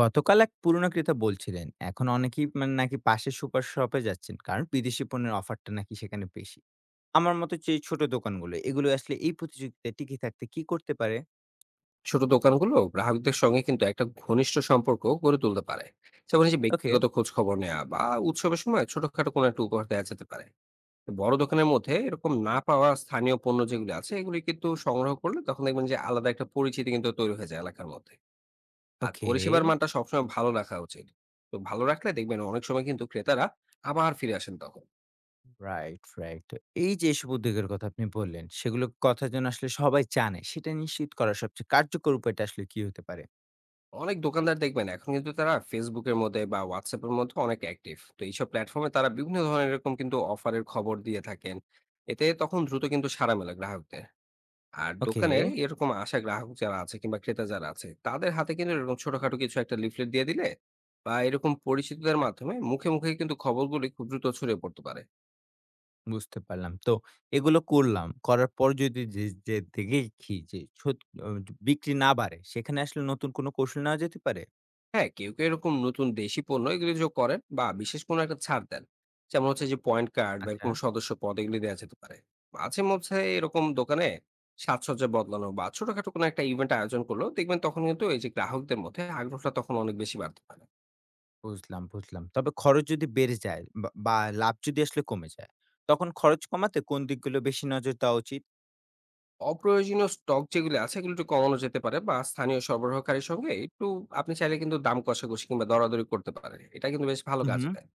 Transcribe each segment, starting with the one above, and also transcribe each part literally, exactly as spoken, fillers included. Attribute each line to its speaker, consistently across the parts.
Speaker 1: গতকাল এক পুরনো ক্রেতা বলছিলেন, এখন অনেকেই মানে নাকি পাশের সুপার শপে যাচ্ছেন, কারণ বিদেশি পণ্যের অফারটা নাকি সেখানে বেশি। আমার মতো যে ছোট দোকানগুলো, এগুলো আসলে এই প্রতিযোগিতায় টিকে থাকতে কি করতে পারে?
Speaker 2: ছোট দোকানগুলো গ্রাহকদের সঙ্গে কিন্তু একটা ঘনিষ্ঠ সম্পর্ক গড়ে তুলতে পারে, যেমন এই যে
Speaker 1: ওকে,
Speaker 2: ব্যক্তিগত খোঁজ খবর নেওয়া বা উৎসবের সময় ছোটখাটো কোনো একটা উপহার দেওয়া যেতে পারে। বড় দোকানের মধ্যে এরকম না পাওয়া স্থানীয় পণ্য যেগুলো আছে এগুলি কিন্তু সংগ্রহ করলে তখন দেখবেন যে আলাদা একটা পরিচিতি কিন্তু তৈরি হয়ে যায় এলাকার মধ্যে। আর
Speaker 1: ওকে।
Speaker 2: পরিষেবার মানটা সবসময় ভালো রাখা উচিত। তো ভালো রাখলে দেখবেন অনেক সময় কিন্তু ক্রেতারা আবার ফিরে আসেন তখন।
Speaker 1: Right, right. তো এই যে এসব উদ্যোগের কথা আপনি বললেন, সেগুলো কথা যেন আসলে সবাই জানে, সেটা নিশ্চিত করার সবচেয়ে কার্যকর উপায়টা আসলে কি হতে পারে?
Speaker 2: অনেক দোকানদার দেখবেন এখন কিন্তু তারা ফেসবুকের মধ্যে বা হোয়াটসঅ্যাপের মধ্যে অনেক অ্যাক্টিভ, তো এইসব প্ল্যাটফর্মে তারা বিভিন্ন ধরনের এরকম কিন্তু অফারের খবর দিয়ে থাকেন। এতে তখন দ্রুত কিন্তু সাড়া মেলে গ্রাহকদের। আর
Speaker 1: ওকে।
Speaker 2: দোকানের এরকম আশা গ্রাহক যারা আছে কিংবা ক্রেতা যারা আছে তাদের হাতে কিন্তু এরকম ছোটখাটো কিছু একটা লিফলেট দিয়ে দিলে বা এরকম পরিচিতদের মাধ্যমে মুখে মুখে কিন্তু খবরগুলি খুব দ্রুত ছড়িয়ে পড়তে পারে।
Speaker 1: বুঝতে পারলাম। তো এগুলো করলাম, করার পর যদি যে- যে দেখি যে ছোট- আহ, বিক্রি না বাড়ে, সেখানে আসলে নতুন কোনো কৌশল নেওয়া যেতে পারে?
Speaker 2: হ্যাঁ, কেউ কেউ এরকম নতুন দেশি পণ্য এগুলো যোগ করেন বা বিশেষ কোনো একটা ছাড় দেন। যেমন হচ্ছে যে পয়েন্ট কার্ড বা
Speaker 1: আচ্ছা।
Speaker 2: এরকম সদস্য পদ এগুলি দেওয়া যেতে পারে। মাঝে মধ্যে এরকম দোকানে সাজসজ্জা বদলানো বা ছোটখাটো কোনো একটা ইভেন্ট আয়োজন করলো দেখবেন তখন কিন্তু এই যে গ্রাহকদের মধ্যে আগ্রহটা তখন অনেক বেশি বাড়তে পারে।
Speaker 1: বুঝলাম, বুঝলাম। তবে খরচ যদি বেড়ে যায় বা বা লাভ যদি আসলে কমে যায়, তখন খরচ কমাতে কোন দিকগুলো বেশি নজর দেওয়া উচিত?
Speaker 2: অপ্রয়োজনীয় স্টক যেগুলো আছে এগুলো একটু কমানো যেতে পারে বা স্থানীয় সরবরাহকারীর সঙ্গে একটু আপনি চাইলে কিন্তু দাম কষাকষি কিংবা দরাদরি করতে পারেন, এটা কিন্তু বেশ ভালো
Speaker 1: হু, হুম।
Speaker 2: কাজে দেয়।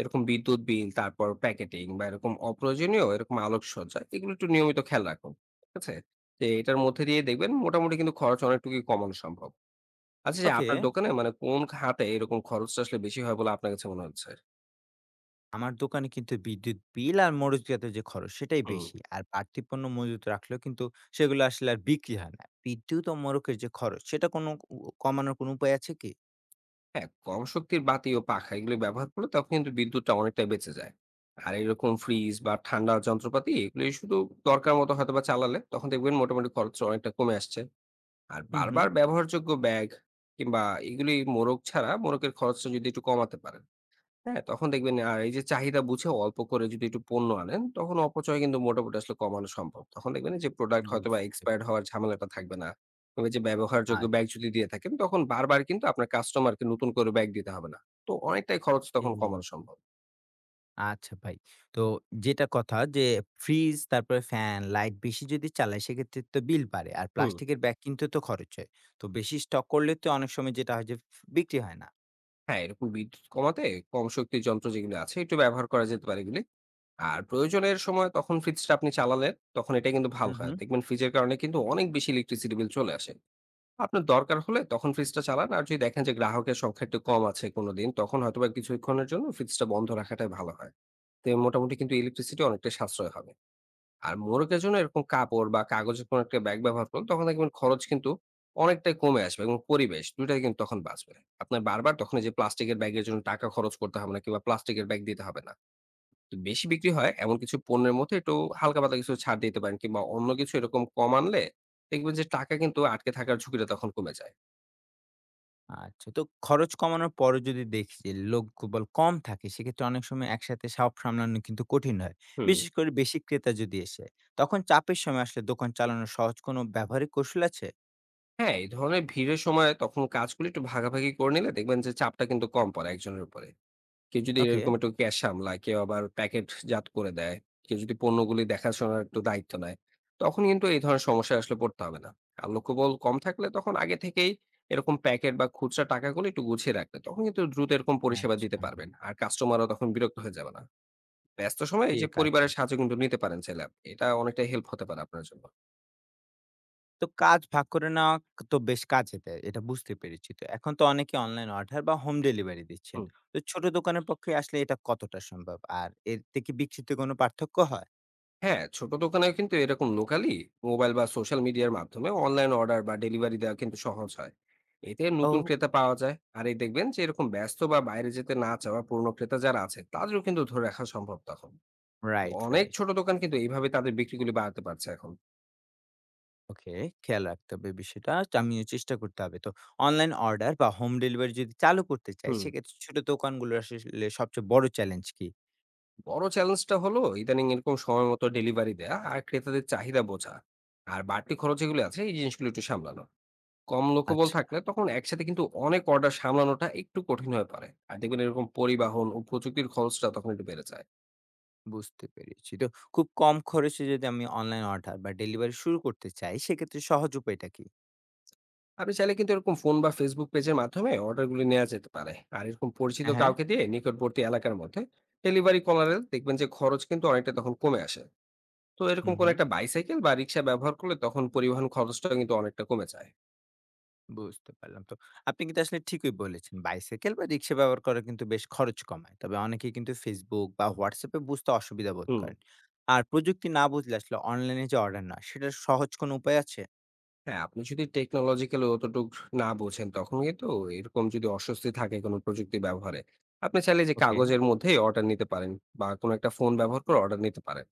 Speaker 2: এরকম বিদ্যুৎ বিল, তারপর প্যাকেটিং বা এরকম অপ্রয়োজনীয় এরকম আলোকসজ্জা এগুলো একটু নিয়মিত খেয়াল রাখুন। ঠিক আছে? যে এটার মধ্যে দিয়ে দেখবেন মোটামুটি কিন্তু খরচ অনেকটুকুই কমানো সম্ভব। আচ্ছা, যে
Speaker 1: ওকে।
Speaker 2: আপনার দোকানে মানে কোন খাতে এরকম খরচটা আসলে বেশি হয় বলে আপনার কাছে মনে হচ্ছে?
Speaker 1: আমার দোকানে কিন্তু বিদ্যুৎ বিল আর মরচজাত যে খরচ, সেটাই
Speaker 2: হুম।
Speaker 1: বেশি। আর বাড়তি পণ্য মজুত রাখলেও কিন্তু সেগুলো আসলে আর বিক্রি হয় না। বিদ্যুৎ ও মোড়কের যে খরচ, সেটা কোনো উ কমানোর কোনো উপায় আছে কি?
Speaker 2: হ্যাঁ, কম শক্তির বাতি ও পাখা এগুলো ব্যবহার করলে তখন কিন্তু বিদ্যুৎটা অনেকটাই বেঁচে যায়। আর এরকম ফ্রিজ বা ঠান্ডা যন্ত্রপাতি এগুলো শুধু দরকার মতো হয়তোবা চালালে তখন দেখবেন মোটামুটি খরচ অনেকটা কমে আসছে। আর
Speaker 1: হু, হুম।
Speaker 2: বারবার ব্যবহারযোগ্য ব্যাগ কিংবা এগুলি মোড়ক ছাড়া মোড়কের খরচটা যদি একটু কমাতে পারেন। হ্যাঁ, তখন দেখবেন আর এই যে চাহিদা বুঝে অল্প করে যদি একটু পণ্য আনেন তখন অপচয় কিন্তু মোটামুটি আসলে কমানো সম্ভব, তখন দেখবেন যে প্রোডাক্ট হয়তো বা
Speaker 1: বুঝতে
Speaker 2: এক্সপায়ার্ড হওয়ার ঝামেলাটা থাকবে না। তবে যে ব্যবহারযোগ্য ব্যাগ যদি দিয়ে থাকেন তখন বারবার কিন্তু আপনার কাস্টমারকে নতুন করে ব্যাগ দিতে হবে না। তো অনেকটাই খরচ তখন
Speaker 1: আচ্ছা।
Speaker 2: কমানো সম্ভব।
Speaker 1: আচ্ছা ভাই। তো যেটা কথা যে ফ্রিজ, তারপরে ফ্যান, লাইট বেশি যদি চালাই, সেক্ষেত্রে তো বিল বাড়ে। আর
Speaker 2: হুম।
Speaker 1: প্লাস্টিকের ব্যাগ কিনতে তো খরচ হয়। তো বেশি স্টক করলে তো অনেক সময় যেটা হয় যে বিক্রি হয় না।
Speaker 2: হ্যাঁ, এরকম বিদ্যুৎ কমাতে কম শক্তির যন্ত্র যেগুলো আছে একটু ব্যবহার করা যেতে পারে এগুলি। আর প্রয়োজনের সময় তখন ফ্রিজটা আপনি চালালেন, তখন এটা কিন্তু
Speaker 1: হু,
Speaker 2: ভালো
Speaker 1: হু।
Speaker 2: হয়। দেখবেন ফ্রিজের কারণে কিন্তু অনেক বেশি ইলেকট্রিসিটি বিল চলে আসে। আপনার দরকার হলে তখন ফ্রিজটা চালান। আর যদি দেখেন যে গ্রাহকের সংখ্যা একটু কম আছে কোনদিন, তখন হয়তোবা কিছুক্ষণের জন্য ফ্রিজটা বন্ধ রাখাটাই ভালো হয়। তো মোটামুটি কিন্তু ইলেকট্রিসিটি অনেকটাই সাশ্রয় হবে। আর মোড়কের জন্য এরকম কাপড় বা কাগজের কোনো একটা ব্যাগ ব্যবহার করুন, তখন দেখবেন খরচ কিন্তু অনেকটাই কমে আসবে এবং পরিবেশ দুই টাই কিন্তু তখন বাঁচবে। আপনার বারবার তখন এই যে প্লাস্টিকের ব্যাগের জন্য টাকা খরচ করতে হবে না কিংবা প্লাস্টিকের ব্যাগ দিতে হবে না। তো বেশি বিক্রি হয় এমন কিছু পণ্যের মধ্যে একটু হালকা পাতলা কিছু ছাড় দিতে পারেন কিংবা অন্য কিছু এরকম কম আনলে দেখবেন যে টাকা কিন্তু আটকে থাকার ঝুঁকিটা তখন কমে যায়।
Speaker 1: আচ্ছা, তো খরচ কমানোর পরও যদি দেখি যে লোকবল কম থাকে, সেক্ষেত্রে অনেক সময় একসাথে সব সামলানো কিন্তু কঠিন হয়।
Speaker 2: হুম।
Speaker 1: বিশেষ করে বেশি ক্রেতা যদি এসে। তখন চাপের সময় আসলে দোকান চালানোর সহজ কোনো ব্যবহারিক কৌশল আছে?
Speaker 2: হ্যাঁ, এই ধরনের ভিড়ের সময় তখন কাজগুলো একটু ভাগাভাগি করে নিলে দেখবেন যে চাপটা কিন্তু কম পড়ে একজনের উপরে। কেউ যদি
Speaker 1: ওকে।
Speaker 2: এরকম একটু ক্যাশ সামলায়, কেউ আবার প্যাকেটজাত করে দেয়, কেউ যদি পণ্যগুলি দেখাশোনার একটু দায়িত্ব নেয়, তখন কিন্তু এই ধরনের সমস্যায় আসলে পড়তে হবে না। আর লক্ষ্যবল কম থাকলে তখন আগে থেকেই এরকম প্যাকেট বা খুচরা টাকাগুলো একটু গুছিয়ে রাখলে তখন কিন্তু দ্রুত এরকম পরিষেবা দিতে
Speaker 1: আচ্ছা,
Speaker 2: পারবেন। আর কাস্টমারও তখন বিরক্ত হয়ে যাবে না। ব্যস্ত সময়ে এই যে
Speaker 1: ঠিক আছে।
Speaker 2: পরিবারের সাহায্য কিন্তু নিতে পারেন চাইলে আপনি। এটা অনেকটাই হেল্প হতে পারে আপনার জন্য।
Speaker 1: তো কাজ ভাগ করে নেওয়া তো বেশ কাজে দেয়, এটা বুঝতে পেরেছি। তো এখন তো অনেকে অনলাইন অর্ডার বা হোম ডেলিভারি দিচ্ছেন।
Speaker 2: হুম।
Speaker 1: তো ছোট দোকানের পক্ষে আসলে এটা কতটা সম্ভব? আর এর থেকে বিক্রিতে কোনো পার্থক্য হয়?
Speaker 2: হ্যাঁ, ছোট দোকানেও কিন্তু এরকম লোকালি মোবাইল বা সোশ্যাল মিডিয়ার মাধ্যমে অনলাইন অর্ডার বা ডেলিভারি দেওয়া কিন্তু সহজ হয়। এতে নতুন
Speaker 1: ও,
Speaker 2: ক্রেতা পাওয়া যায়। আর এই দেখবেন যে এরকম ব্যস্ত বা বাইরে যেতে না চাওয়া পুরনো ক্রেতা যারা আছে তাদেরও কিন্তু ধরে রাখা সম্ভব তখন।
Speaker 1: রাইট,
Speaker 2: অনেক
Speaker 1: রাইট।
Speaker 2: ছোট দোকান কিন্তু এইভাবে তাদের বিক্রিগুলি বাড়াতে পারছে এখন।
Speaker 1: ওকে, খেয়াল রাখতে হবে বিষয়টা। তো আমিও চেষ্টা করতে হবে। তো অনলাইন অর্ডার বা হোম ডেলিভারি যদি চালু করতে চাই,
Speaker 2: হুম।
Speaker 1: সেক্ষেত্রে ছোট দোকানগুলোর আসলে সবচেয়ে বড় চ্যালেঞ্জ কি?
Speaker 2: বড় চ্যালেঞ্জটা হলো ইদানিং এরকম সময় মতো ডেলিভারি দেয়া আর ক্রেতাদের চাহিদা বোঝা। আর বাড়তি খরচ যেগুলো আছে এই জিনিসগুলো একটু সামলানো। কম লক্ষ্যবল
Speaker 1: আচ্ছা,
Speaker 2: থাকলে তখন একসাথে কিন্তু অনেক অর্ডার সামলানোটা একটু কঠিন হয়ে পড়ে, আর দেখবেন এরকম পরিবহন ও প্রযুক্তির খরচটা তখন একটু বেড়ে যায়।
Speaker 1: বুঝতে পেরেছি। তো খুব কম খরচে যদি আমি অনলাইন অর্ডার বা ডেলিভারি শুরু করতে চাই, সেক্ষেত্রে সহজ উপায়টা কি?
Speaker 2: আপনি চাইলে কিন্তু এরকম ফোন বা ফেসবুক পেজের মাধ্যমে অর্ডারগুলি নেওয়া যেতে পারে। আর এরকম পরিচিত
Speaker 1: হ্যাঁ, হ্যাঁ।
Speaker 2: কাউকে দিয়ে নিকটবর্তী এলাকার মধ্যে ডেলিভারি করালে দেখবেন যে খরচ কিন্তু অনেকটা তখন কমে আসে। তো এরকম
Speaker 1: হুম,
Speaker 2: কোন
Speaker 1: হুম।
Speaker 2: একটা বাইসাইকেল বা রিক্সা ব্যবহার করলে তখন পরিবহন খরচটা কিন্তু অনেকটা কমে যায়।
Speaker 1: বুঝতে পারলাম। তো আপনি কিন্তু আসলে ঠিকই বলেছেন। বাইসাইকেল বা রিক্সা ব্যবহার করা কিন্তু বেশ খরচ কমায়। তবে অনেকেই কিন্তু Facebook বা WhatsApp এ বুঝতে অসুবিধা বোধ
Speaker 2: হুম।
Speaker 1: করেন। আর প্রযুক্তি না বুঝলে আসলে অনলাইনে যে অর্ডার নেওয়া, সেটার সহজ কোনো উপায় আছে?
Speaker 2: হ্যাঁ, আপনি যদি টেকনোলজিক্যালি অতটুক না বোঝেন, তখন কিন্তু এরকম যদি অস্বস্তি থাকে কোনো প্রযুক্তি ব্যবহারে, আপনি চাইলে যে
Speaker 1: ওকে,
Speaker 2: কাগজের মধ্যেই অর্ডার নিতে পারেন বা কোনো একটা ফোন ব্যবহার করে অর্ডার নিতে পারেন।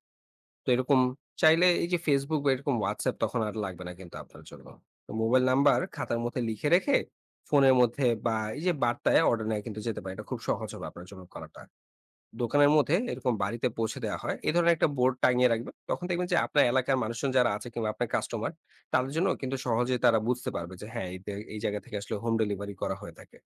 Speaker 2: তো এরকম চাইলে এই যে Facebook বা এরকম WhatsApp তখন আর লাগবে না কিন্তু আপনার জন্য। তো মোবাইল নাম্বার খাতার মধ্যে লিখে রেখে ফোনের মধ্যে বা এই যে বার্তায় অর্ডার নেওয়া কিন্তু যেতে পারে। এটা খুব সহজ হবে আপনার জন্য করাটা। দোকানের মধ্যে এরকম বাড়িতে পৌঁছে দেওয়া হয়। এ ধরনের একটা বোর্ড টাঙিয়ে রাখবেন। তখন দেখবেন যে আপনার এলাকার মানুষজন যারা আছে কিংবা আপনার কাস্টমার তাদের জন্য কিন্তু সহজেই তারা বুঝতে পারবে যে হ্যাঁ, এতে এই জায়গা থেকে আসলে হোম ডেলিভারি করা হয়ে থাকে।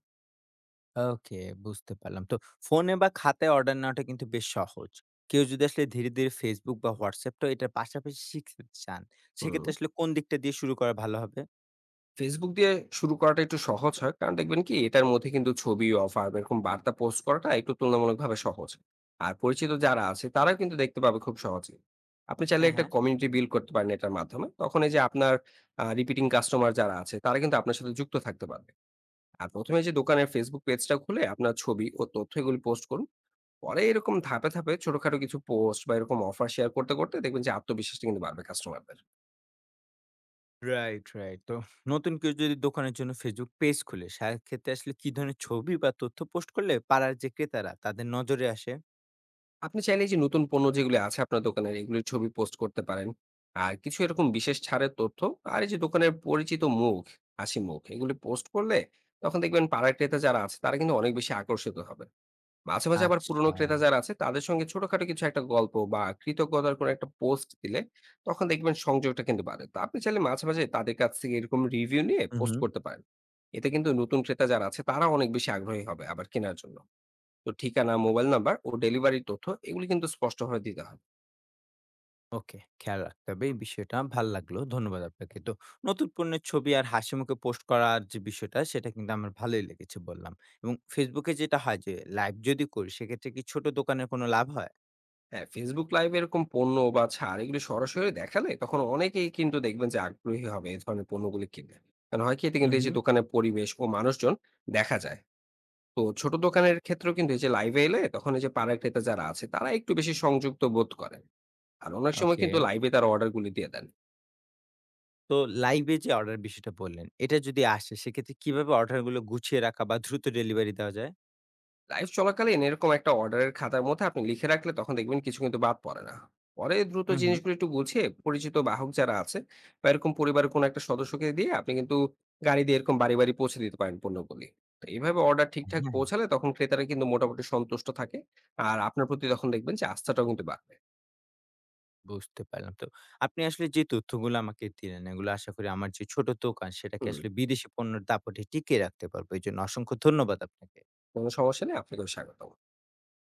Speaker 1: ওকে। বুঝতে পারলাম। তো ফোনে বা খাতায় অর্ডার নেওয়াটা কিন্তু বেশ সহজ। কেউ যদি আসলে ধীরে, ধীরে Facebook বা WhatsApp টাও এটার পাশাপাশি শিখতে চান,
Speaker 2: হুম।
Speaker 1: সেক্ষেত্রে আসলে কোন দিকটা দিয়ে শুরু করা ভালো হবে?
Speaker 2: Facebook দিয়ে শুরু করাটা একটু সহজ হয়। কারণ দেখবেন কি এটার মধ্যে কিন্তু ছবি, অফার এরকম বার্তা পোস্ট করাটা একটু তুলনামূলকভাবে সহজ। আর পরিচিত যারা আছে তারাও কিন্তু দেখতে পাবে খুব সহজেই। আপনি চাইলে
Speaker 1: হ্যাঁ,
Speaker 2: একটা
Speaker 1: হ্যাঁ।
Speaker 2: কমিউনিটি বিল্ড করতে পারেন এটার মাধ্যমে। তখন এই যে আপনার আ রিপিটিং কাস্টমার যারা আছে তারা কিন্তু আপনার সাথে যুক্ত থাকতে পারবে। আর প্রথমে যে দোকানের ফেসবুক পেজটা খুলে আপনার ছবি ও তথ্য এগুলি পোস্ট করুন। পরে এরকম ধাপে ধাপে ছোটখাটো কিছু পোস্ট বা এরকম অফার শেয়ার করতে করতে দেখবেন যে আত্মবিশ্বাসটা কিন্তু বাড়বে কাস্টমারদের।
Speaker 1: Right, right. তো নতুন কেউ যদি দোকানের জন্য Facebook পেজ খোলে, সেক্ষেত্রে আসলে কি ধরনের ছবি বা তথ্য পোস্ট করলে পাড়ার যে ক্রেতারা তাদের নজরে আসে?
Speaker 2: আপনি চাইলে এই যে নতুন পণ্য যেগুলি আছে আপনার দোকানের এগুলির ছবি পোস্ট করতে পারেন, আর কিছু এরকম বিশেষ ছাড়ের তথ্য, আর এই যে দোকানের পরিচিত মুখ, হাসি মুখ এগুলি পোস্ট করলে তখন দেখবেন পাড়ার ক্রেতা যারা আছে তারা কিন্তু অনেক বেশি আকর্ষিত হবে। মাঝে, মাঝে আবার
Speaker 1: আচ্ছা।
Speaker 2: পুরনো ক্রেতা যারা আছে তাদের সঙ্গে ছোটখাটো কিছু একটা গল্প বা কৃতজ্ঞতার কোনো একটা পোস্ট দিলে তখন দেখবেন সংযোগটা কিন্তু বাড়ে। তো আপনি চাইলে মাঝে, মাঝে তাদের কাছ থেকে এরকম রিভিউ নিয়ে
Speaker 1: হুম,
Speaker 2: পোস্ট
Speaker 1: হুম।
Speaker 2: করতে পারেন। এতে কিন্তু নতুন ক্রেতা যারা আছে তারা অনেক বেশি আগ্রহী হবে আবার কেনার জন্য। তো ঠিকানা, মোবাইল নাম্বার ও ডেলিভারির তথ্য এগুলি কিন্তু স্পষ্টভাবে দিতে হবে।
Speaker 1: ওকে, খেয়াল রাখতে হবে এই বিষয়টা। ভাল লাগলো। ধন্যবাদ আপনাকে। তো নতুন পণ্যের ছবি আর হাসিমুখে পোস্ট করার যে বিষয়টা, সেটা কিন্তু আমার ভালোই লেগেছে বললাম। এবং Facebook এ যেটা হয় যে লাইভ যদি করি, সেক্ষেত্রে কি ছোট দোকানের কোনো লাভ হয়?
Speaker 2: হ্যাঁ, Facebook লাইভ এরকম পণ্য বা ছাড় এগুলি সরাসরি দেখালে তখন অনেকেই কিন্তু দেখবেন যে আগ্রহী হবে এই ধরনের পণ্যগুলি কিনতে। কারণ হয় কি এতে কিন্তু
Speaker 1: হুম,
Speaker 2: এই যে
Speaker 1: হুম।
Speaker 2: দোকানের পরিবেশ ও মানুষজন দেখা যায়। তো ছোট দোকানের ক্ষেত্রেও কিন্তু এই যে লাইভে এলে তখন এই যে পাড়ার ক্রেতা যারা আছে তারা একটু বেশি সংযুক্ত বোধ করেন। আর অনেক সময়
Speaker 1: ওকে।
Speaker 2: কিন্তু লাইভে তারা অর্ডার গুলি দিয়ে দেন।
Speaker 1: তো লাইভে যে অর্ডার বিষয়টা বললেন, এটা যদি আসে সেক্ষেত্রে কিভাবে অর্ডারগুলো গুছিয়ে রাখা বা দ্রুত ডেলিভারি দেওয়া যায়?
Speaker 2: লাইভ চলাকালীন এরকম একটা অর্ডারের খাতার মধ্যে আপনি লিখে রাখলে তখন দেখবেন কিছু কিন্তু বাদ পড়ে না। পরে দ্রুত
Speaker 1: হুম, হুম।
Speaker 2: জিনিসগুলো একটু গুছিয়ে পরিচিত বাহক যারা আছে বা এরকম পরিবারের কোনো একটা সদস্যকে দিয়ে আপনি কিন্তু গাড়ি দিয়ে এরকম বাড়ি বাড়ি পৌঁছে দিতে পারেন পণ্যগুলি। তো এইভাবে অর্ডার ঠিকঠাক
Speaker 1: হ্যাঁ,
Speaker 2: পৌঁছালে তখন ক্রেতারা কিন্তু মোটামুটি সন্তুষ্ট থাকে, আর আপনার প্রতি তখন দেখবেন যে আস্থাটাও কিন্তু বাড়বে।
Speaker 1: বুঝতে পারলাম। তো আপনি আসলে যে তথ্যগুলো আমাকে দিলেন, এগুলো আশা করি আমার যে ছোট দোকান, সেটাকে
Speaker 2: হুম।
Speaker 1: আসলে বিদেশি পণ্যের দাপটে টিকিয়ে রাখতে পারবো। এজন্য অসংখ্য ধন্যবাদ আপনাকে।
Speaker 2: কোনো সমস্যা নেই, আপনাকেও স্বাগত।